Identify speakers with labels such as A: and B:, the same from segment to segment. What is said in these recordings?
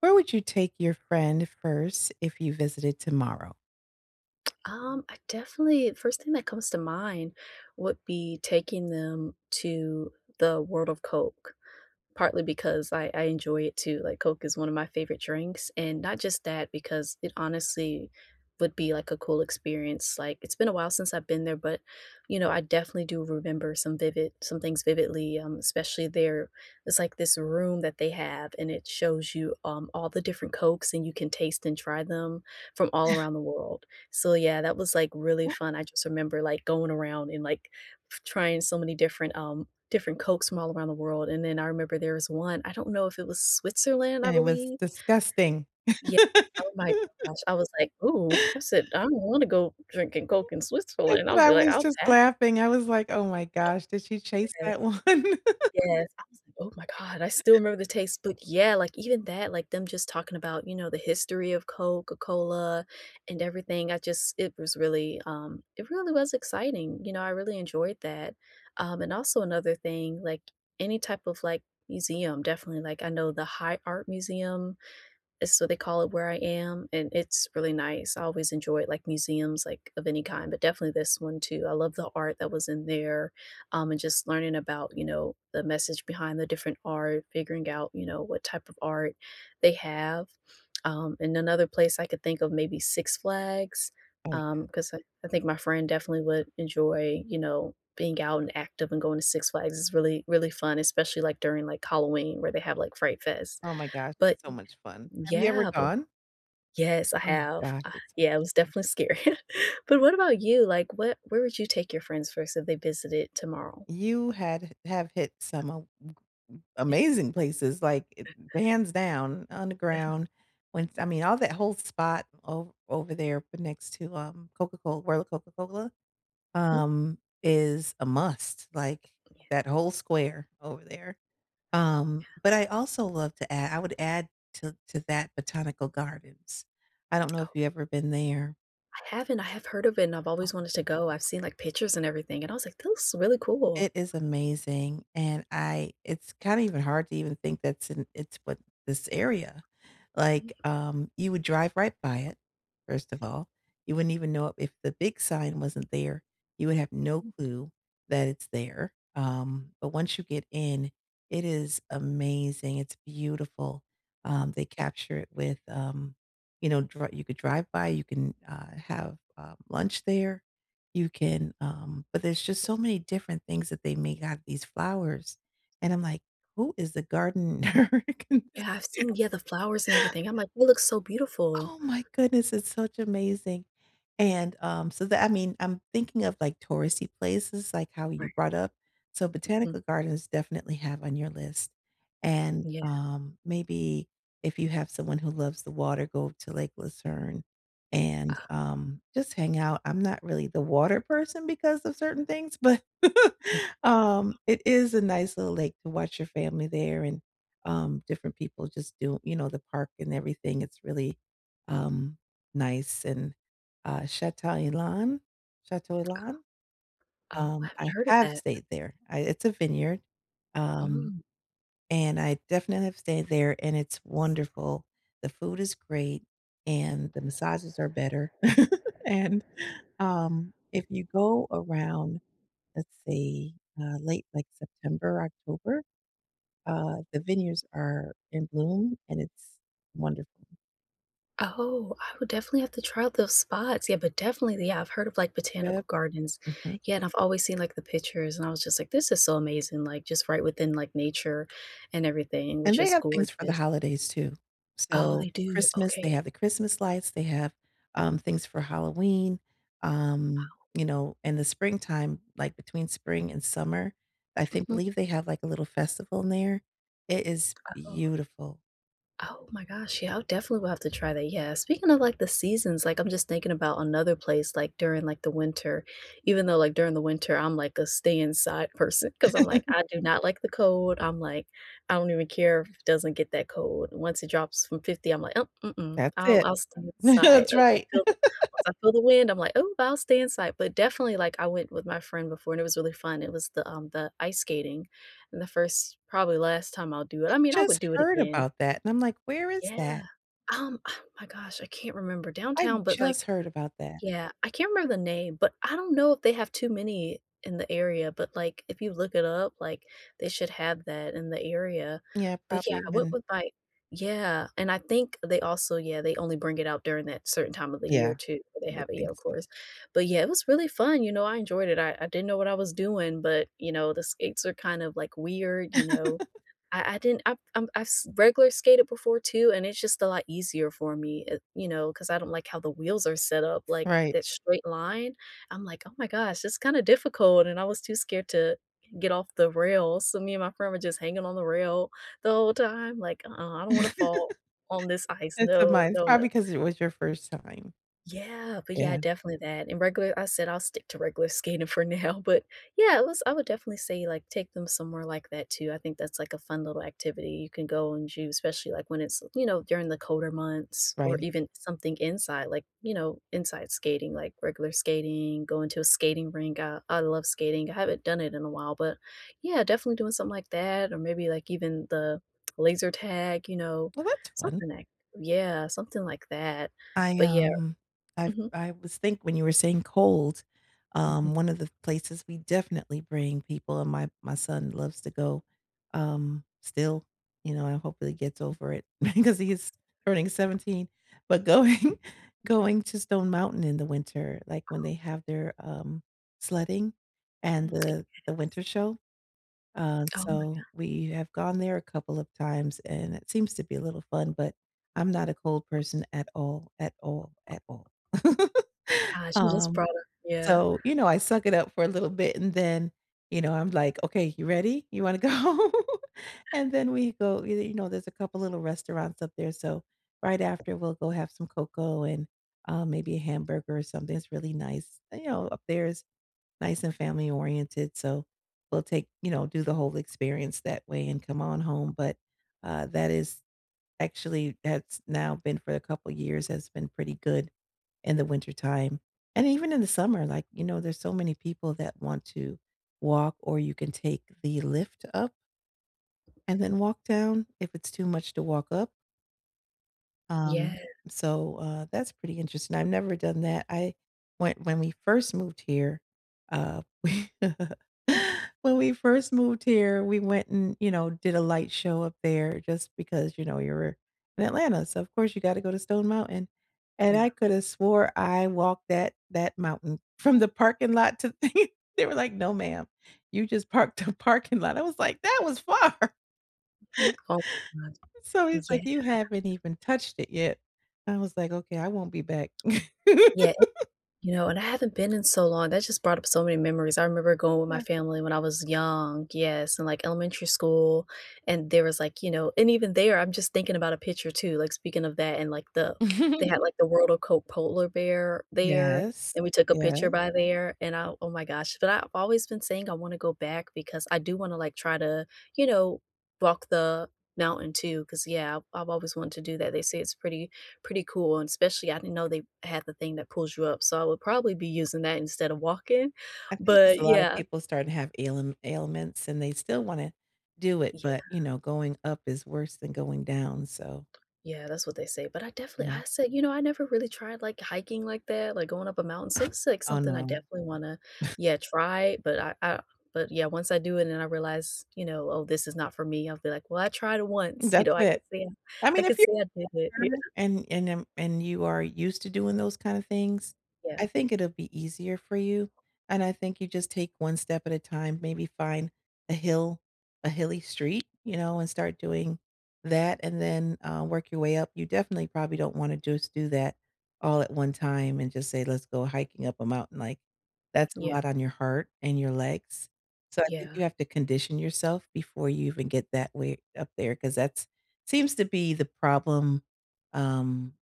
A: Where would you take your friend first if you visited tomorrow?
B: I definitely first thing that comes to mind would be taking them to the World of Coke, partly because I enjoy it too. Like Coke is one of my favorite drinks, and not just that, because it honestly would be like a cool experience. Like it's been a while since I've been there, but you know, I definitely do remember some vivid some things vividly. Especially there, it's like this room that they have, and it shows you all the different Cokes, and you can taste and try them from all around the world. So yeah, that was like really fun. I just remember like going around and like trying so many different different Cokes from all around the world, and then I remember there was one, I don't know if it was Switzerland, I
A: And it was
B: believe?
A: disgusting.
B: Yeah. Oh my gosh, I was like, "Ooh," I said, "I don't wanna go drinking Coke in
A: That's
B: Switzerland."
A: what
B: I'll
A: I
B: be like,
A: was
B: "I'll
A: just
B: pass."
A: laughing. I was like, "Oh my gosh, did she chase that one?"
B: Yes, I was like, "Oh my god," I still remember the taste, but yeah, like, even that, like, them just talking about, you know, the history of Coca-Cola and everything, I just it was really, it really was exciting, you know, I really enjoyed that, and also another thing, like, any type of, like, museum, definitely, like, I know the High Art Museum so they call it where I am, and it's really nice. I always enjoyed like museums like of any kind, but definitely this one too. I love the art that was in there, and just learning about, you know, the message behind the different art, figuring out, you know, what type of art they have. And another place I could think of maybe Six Flags,
A: Oh, yeah.
B: because I think my friend definitely would enjoy, you know, being out and active, and going to Six Flags is really, really fun, especially like during like Halloween where they have like Fright Fest.
A: Oh my gosh,
B: But
A: it's so much fun. Have you ever
B: yeah, but
A: gone?
B: yes, I
A: Oh
B: have.
A: gosh, it's so
B: Yeah, it
A: much
B: was
A: fun.
B: definitely scary. But what about you? Like, what where would you take your friends first if they visited tomorrow?
A: You had have hit some a amazing places, like, it hands down, underground. When I mean, all that whole spot o over there but next to, Coca-Cola, World of Coca-Cola.
B: Hmm?
A: Um, is a must, like, that whole square over there. But I also love to add I would add to that botanical gardens. I don't know if you ever been there.
B: I haven't. I have heard of it, and I've always wanted to go. I've seen, like, pictures and everything, and I was like, "That looks really cool."
A: It is amazing, and I it's kinda even hard to even think that's in it's what this area.
B: Mhm.
A: Like, you would drive right by it, first of all. You wouldn't even know it if the big sign wasn't there, you would have no clue that it's there. But once you get in, it is amazing, it's beautiful. They
B: Mm.
A: capture it with, you know, dri you could drive by, you can, have, lunch there. You can, but there's just so many different things that they make out of these flowers, and I'm like, "Who is the gardener?"
B: Yeah, I've seen yeah, the flowers and everything. I'm like, "It looks so beautiful."
A: Oh my goodness, it's such amazing. And, so that I mean, I'm thinking of, like, touristy places, like how you
B: Right.
A: brought up. So
B: Mhm.
A: botanical gardens definitely have on your list. And,
B: Yeah.
A: maybe if you have someone who loves the water, go to Lake Lucerne
B: Uh,
A: and, just hang out. I'm not really the water person because of certain things, but, it is a nice little lake to watch your family there and, different people just do you know, the park and everything. It's really um, nice and, Chateau Ylan, Chateau Ylan?
B: oh, I haven't
A: I
B: heard of
A: have
B: that.
A: stayed there. I it's a vineyard, um,
B: Mm.
A: and I definitely have stayed there, and it's wonderful. The food is great, and the massages are better, and, if you go around, let's say late, like, September, October, the vineyards are in bloom, and it's wonderful.
B: Oh, I would definitely have to try out those spots. Yeah, but definitely, yeah, I've heard of like botanical
A: Strip.
B: gardens.
A: Mhm.
B: Yeah, and I've always seen like the pictures, and I was just like, this is so amazing, like just right within like nature and everything,
A: And
B: which
A: they
B: is
A: have things for the
B: gorgeous.
A: holidays too.
B: Oh,
A: So,
B: they do.
A: Christmas, they
B: Okay.
A: have the Christmas lights, they have, things for Halloween, you know, in the springtime, like between spring and summer, I think
B: Hmm.
A: believe they have, like, a little festival in there. It is
B: Oh.
A: beautiful.
B: Oh my gosh, yeah, I definitely will have to try that, yeah. Speaking of, like, the seasons, like, I'm just thinking about another place, like, during, like, the winter, even though, like, during the winter, I'm, like, a stay inside person because 'cause I'm like, I do not like the cold, I'm like, I don't even care if it doesn't get that cold. Once it drops from 50, I'm like, "Oh, mm-mm,
A: That's
B: I'll
A: it.
B: I'll stay inside."
A: That's
B: Once I
A: right.
B: feel the, once I feel the wind, I'm like, "Oh, I'll stay inside." But definitely, like, I went with my friend before, and it was really fun. It was the ice skating, and the first probably last time I'll do it. I mean, I would
A: Just
B: do it
A: heard
B: again.
A: about that, and I'm like, "Where is
B: Yeah.
A: that?"
B: Oh my gosh, I can't remember
A: I
B: downtown, but,
A: just
B: like
A: heard about that.
B: yeah, I can't remember the name, but I don't know if they have too many in the area, but, like, if you look it up, like, they should have that in the area.
A: Yeah,
B: But, yeah,
A: probably
B: I went
A: when.
B: with my yeah, and I think they also yeah, they only bring it out during that certain time of the year
A: Yeah,
B: too, where they
A: I would
B: have it, yeah,
A: think
B: of
A: so.
B: course. But, yeah, it was really fun, you know, I enjoyed it. I didn't know what I was doing, but, you know, the skates are kind of, like, weird, you know? I didn't I've s regular skated before too, and it's just a lot easier for me, it you know, because I don't like how the wheels are set up, like,
A: Right.
B: that straight line, I'm like, "Oh my gosh, it's kinda difficult," and I was too scared to get off the rail, so me and my friend were just hanging on the rail the whole time, like, I don't wanna fall on this ice,
A: It's a
B: no,
A: mine.
B: no, no."
A: Probably because it was your first time.
B: Yeah, but yeah,
A: Yeah.
B: definitely that. And regular I said I'll stick to regular skating for now, but yeah, it was I would definitely say like take them somewhere like that too. I think that's like a fun little activity you can go and do, especially like when it's, you know, during the colder months or
A: Right.
B: even something inside, like, you know, inside skating, like regular skating, going to a skating rink. I love skating. I haven't done it in a while, but yeah, definitely doing something like that or maybe like even the laser tag, you know,
A: Well, that's fun.
B: something like yeah, something like that.
A: I,
B: But yeah,
A: um,
B: mhm.
A: I was think when you were saying cold,
B: Mhm,
A: one of the places we definitely bring people and my son loves to go, still, you know, I hope that he gets over it because he is turning 17, but going going to Stone Mountain in the winter, like, when they have their, sledding and
B: mm, it
A: the winter show.
B: oh my
A: So we have gone there a couple of times, and it seems to be a little fun, but I'm not a cold person at all, at all, at all.
B: gosh, you just
A: Um,
B: brought up yeah.
A: so, you know, I suck it up for a little bit and then, you know, I'm like, "Okay, you ready? You wanna go?" And then we go you know, there's a couple little restaurants up there, so right after we'll go have some cocoa and, maybe a hamburger or something. It's really nice. You know, up there is nice and family oriented. So we'll take, you know, do the whole experience that way and come on home. But that is actually that's now been for a couple years has been pretty good in the wintertime. And even in the summer, like, you know, there's so many people that want to walk or you can take the lift up and
B: Mm,
A: then walk down if it's too much to walk up,
B: yeah,
A: um, so, that's pretty interesting. I've never done that. I went when we first moved here, we when we first moved here, we went and, you know, did a light show up there just because, you know, you were in Atlanta, so of course you gotta go to Stone Mountain, and
B: yeah.
A: I coulda swore I walked that mountain from the parking lot to they were like, "No, ma'am, you just parked the parking lot." I was like, "That was far."
B: Mhm, oh my god.
A: So he's
B: Yeah,
A: like, "You haven't even touched it yet." I was like, "Okay, I won't be back."
B: yeah. You know, and I haven't been in so long. That just brought up so many memories. I remember going with my
A: Yeah.
B: family when I was young, yes, and like elementary school. And there was like, you know, and even there, I'm just thinking about a picture too. Like speaking of that, and like the they had like the World of Coke polar bear there,
A: Yes.
B: and we took a
A: Yeah.
B: picture by there. And I, oh my gosh! But I've always been saying I want to go back because I do want to like try to, you know, walk the mountain too. Because yeah, I've always wanted to do that. They say it's pretty pretty cool, and especially I didn't know they had the thing that pulls you up, so I would probably be using that instead of walking,
A: I think there's
B: but
A: a lot of
B: yeah.
A: people starting to have ailments, and they still wanna do it,
B: Yeah,
A: but, you know, going up is worse than going down, so,
B: yeah, that's what they say, but I definitely
A: yeah.
B: I said, you know, I never really tried, like, hiking like that, like, going up a mountain, so it's, like,
A: Oh,
B: something I
A: no.
B: definitely wanna, yeah, try, but I but, yeah, once I do it and I realize, you know, "Oh, this is not for me," I'll be like, "Well, I tried it once," you
A: That's
B: know, I could
A: it.
B: see,
A: I
B: I
A: mean, if
B: could see, I did it, yeah,
A: her and and you are used to doing those kind of things,
B: yeah,
A: I think it'll be easier for you, and I think you just take one step at a time, maybe find a hill a hilly street, you know, and start doing that, and then, work your way up. You definitely probably don't wanna just do that all at one time and just say, "Let's go hiking up a mountain," like, that's a
B: yeah,
A: lot on your heart and your legs, so I think
B: yeah.
A: you have to condition yourself before you even get that way up there because that's seems to be the problem. um,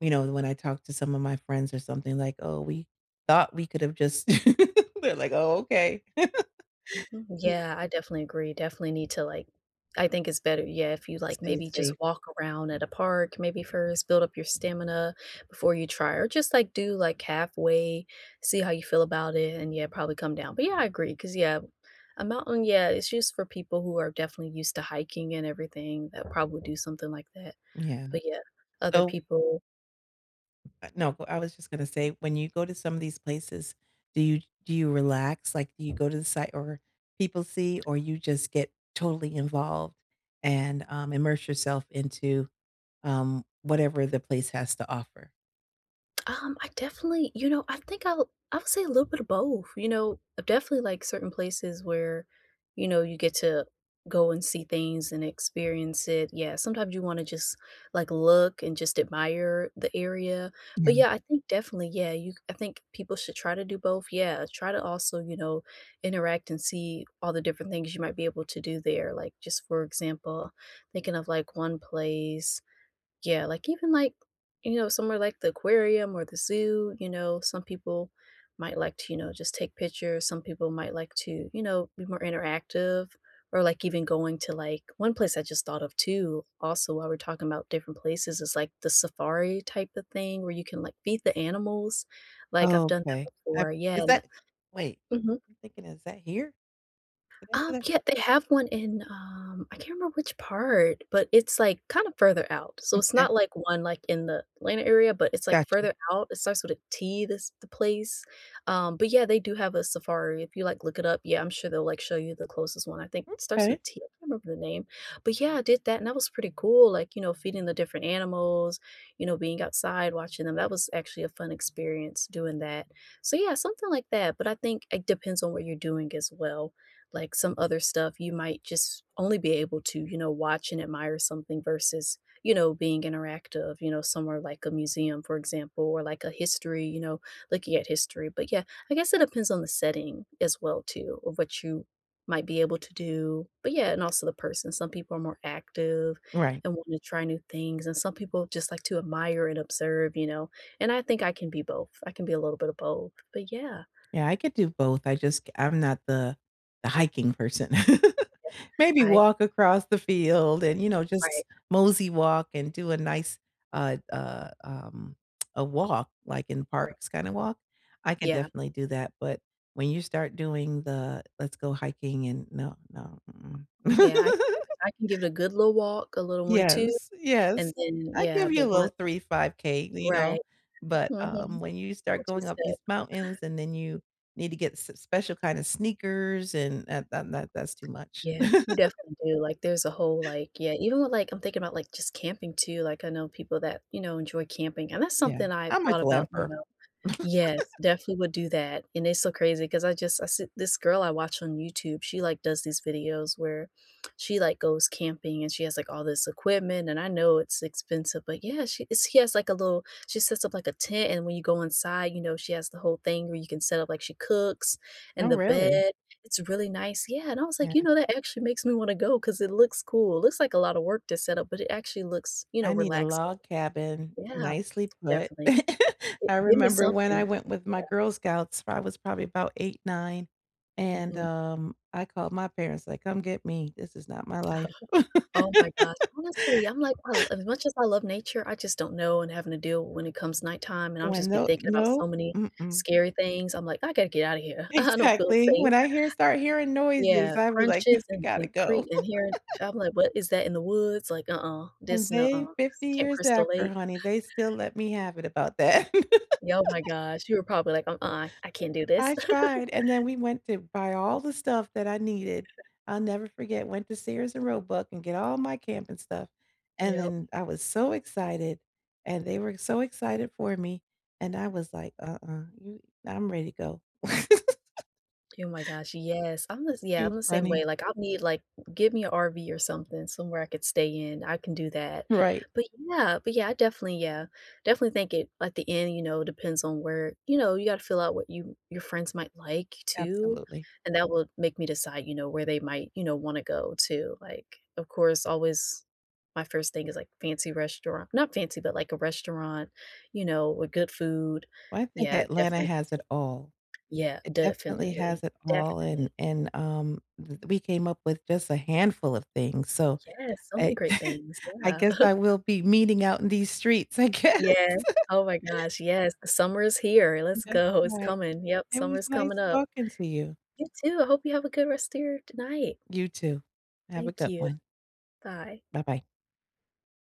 A: you know, when I talk to some of my friends or something like, "Oh, we thought we could have just" they're like, "Oh, okay."
B: Mhm,
A: Mm,
B: yeah, I definitely agree, definitely need to, like I think it's better, yeah, if you, like,
A: stay
B: maybe just
A: safe.
B: walk around at a park maybe first, build up your stamina before you try or just, like, do, like, halfway, see how you feel about it, and, yeah, probably come down, but, yeah, I agree because yeah, a mountain, yeah, it's just for people who are definitely used to hiking and everything that probably do something like that,
A: Yeah.
B: but, yeah, other
A: So,
B: people
A: no, I was just gonna say, when you go to some of these places, do you relax? Like, do you go to the site or people see, or you just get totally involved and, immerse yourself into, whatever the place has to offer?
B: I definitely you know, I think I'll I would say a little bit of both, you know? Definitely, like, certain places where, you know, you get to go and see things and experience it. Yeah, sometimes you wanna just, like, look and just admire the area. But,
A: Yeah.
B: yeah, I think definitely, yeah, you I think people should try to do both. Yeah, try to also, you know, interact and see all the different things you might be able to do there. Like, just for example, thinking of, like, one place yeah, like, even, like, you know, somewhere like the aquarium or the zoo, you know, some people might like to, you know, just take pictures, some people might like to, you know, be more interactive or, like, even going to, like one place I just thought of too, also while we're talking about different places is, like, the safari type of thing where you can, like, feed the animals, like, I've
A: Oh,
B: done
A: okay.
B: that
A: I
B: before, yeah,
A: is
B: and
A: that wait,
B: mhm.
A: I'm thinking, is that here? Did I do that?
B: Yeah, they have one in, I can't remember which part, but it's, like, kind of further out. So it's
A: Okay,
B: not, like, one, like, in the Atlanta area, but it's, like,
A: gotcha.
B: further out. It starts with a T, this the place. But, yeah, they do have a safari. If you, like, look it up, yeah, I'm sure they'll, like, show you the closest one. I think it starts with
A: Okay.
B: T. I can't remember the name. But, yeah, I did that, and that was pretty cool, like, you know, feeding the different animals, you know, being outside, watching them. That was actually a fun experience doing that. So, yeah, something like that, but I think it depends on what you're doing as well, like some other stuff you might just only be able to, watch and admire something versus, being interactive, somewhere like a museum, for example, or like a history, looking at history, but yeah, I guess it depends on the setting as well too of what you might be able to do. But yeah, and also the person, some people are more active
A: Right.
B: and want to try new things, and some people just like to admire and observe, and I think I can be both. I can be a little bit of both, but yeah.
A: Yeah, I could do both. I just I'm not the hiking person. Maybe
B: I
A: walk across the field and, you know,
B: Right.
A: just mosey walk and do a nice uh uh um a walk like in
B: Right.
A: parks kind of walk. I can
B: Yeah,
A: definitely do that, but when you start doing the let's go hiking and no, no. Mm-mm.
B: yeah, I can give it a good little walk, a little 1, 2,
A: Yes,
B: and
A: yes.
B: then
A: I
B: yeah,
A: give you a
B: but
A: little
B: once,
A: 3, 5K, you
B: right.
A: know, but,
B: Mhm.
A: when you
B: 1,
A: start
B: 2
A: going up
B: step.
A: these mountains and then you need to get s special kind of sneakers and that's too much.
B: Yeah, you definitely do, like, there's a whole, like, yeah, even with, like, I'm thinking about, like, just camping too, like, I know people that, enjoy camping, and that's
A: Yeah.
B: something I
A: I'm a
B: thought about, you
A: glamper.
B: know. Yes, definitely would do that, and it's so crazy because I see this girl I watch on YouTube. She, like, does these videos where she, like, goes camping, and she has, like, all this equipment, and I know it's expensive, but yeah, she has, like, a little she sets up, like, a tent, and when you go inside, she has the whole thing where you can set up, like, she cooks and
A: Oh,
B: the
A: really?
B: bed. It's really nice, yeah, and I was like,
A: Yeah,
B: "You know, that actually makes me wanna go because it looks cool." It looks like a lot of work to set up, but it actually looks,
A: I need a
B: relaxing.
A: log cabin,
B: Yeah,
A: nicely put.
B: definitely. Gi
A: I
B: Give me
A: remember when I
B: something.
A: went with my Girl Scouts, I was probably about 8, 9, and,
B: Mhm.
A: I called my parents like, "Come get me. This is not my life."
B: Oh my gosh, honestly, I'm like, I l as much as I love nature, I just don't know, and having to deal when it comes nighttime, and I'm
A: When
B: just been
A: no,
B: thinking about
A: no,
B: so many
A: mm-mm.
B: scary things. I'm like, "I gotta get out of here. I don't feel
A: Exactly.
B: safe."
A: When I hear start hearing
B: Yeah,
A: noises, I be like,
B: crunches
A: "I
B: and
A: gotta
B: and
A: go."
B: creak and hearing, I'm like, "What is that in the woods?" Like, "Uh-uh,
A: And
B: this no,
A: they 50
B: Camp
A: years
B: Crystal
A: after,
B: Lake.
A: honey, they still let me have it about that.
B: Yeah, oh my gosh, you were probably like, " I can't do this."
A: I tried, and then we went to buy all the stuff that I needed. I'll never forget, went to Sears and Roebuck and get all my camping stuff, and
B: Yep.
A: then I was so excited, and they were so excited for me, and I was like, "Uh-uh, you I'm ready to go."
B: Oh my gosh, yes. I'm the Yeah,
A: Too
B: I'm the same
A: funny.
B: way, like, I'll need, like, give me an RV or something, somewhere I could stay in, I can do that.
A: Right.
B: But yeah, I definitely, yeah, definitely think it at the end, depends on where, you gotta fill out what your friends might like too,
A: Absolutely.
B: and that will make me decide, where they might, wanna go too, like, of course, always my first thing is, like, fancy restaurant not fancy, but like a restaurant, with good food.
A: Well, I think
B: Yeah,
A: Atlanta
B: definitely,
A: has it all.
B: yeah,
A: It definitely has
B: definitely,
A: it all,
B: definitely.
A: and, th we came up with just a handful of things, so
B: Yes, so many
A: I
B: great things,
A: I
B: yeah.
A: guess I will be meeting out in these streets, I guess.
B: Yeah. Oh my gosh, yes, the summer is here, let's
A: That's
B: go, it's
A: right.
B: coming, yep,
A: It was
B: summer's coming
A: nice
B: up.
A: talking to you.
B: You too, I hope you have a good rest of your t night.
A: You too. Have a
B: Thank
A: good
B: you,
A: one.
B: bye.
A: Bye-bye.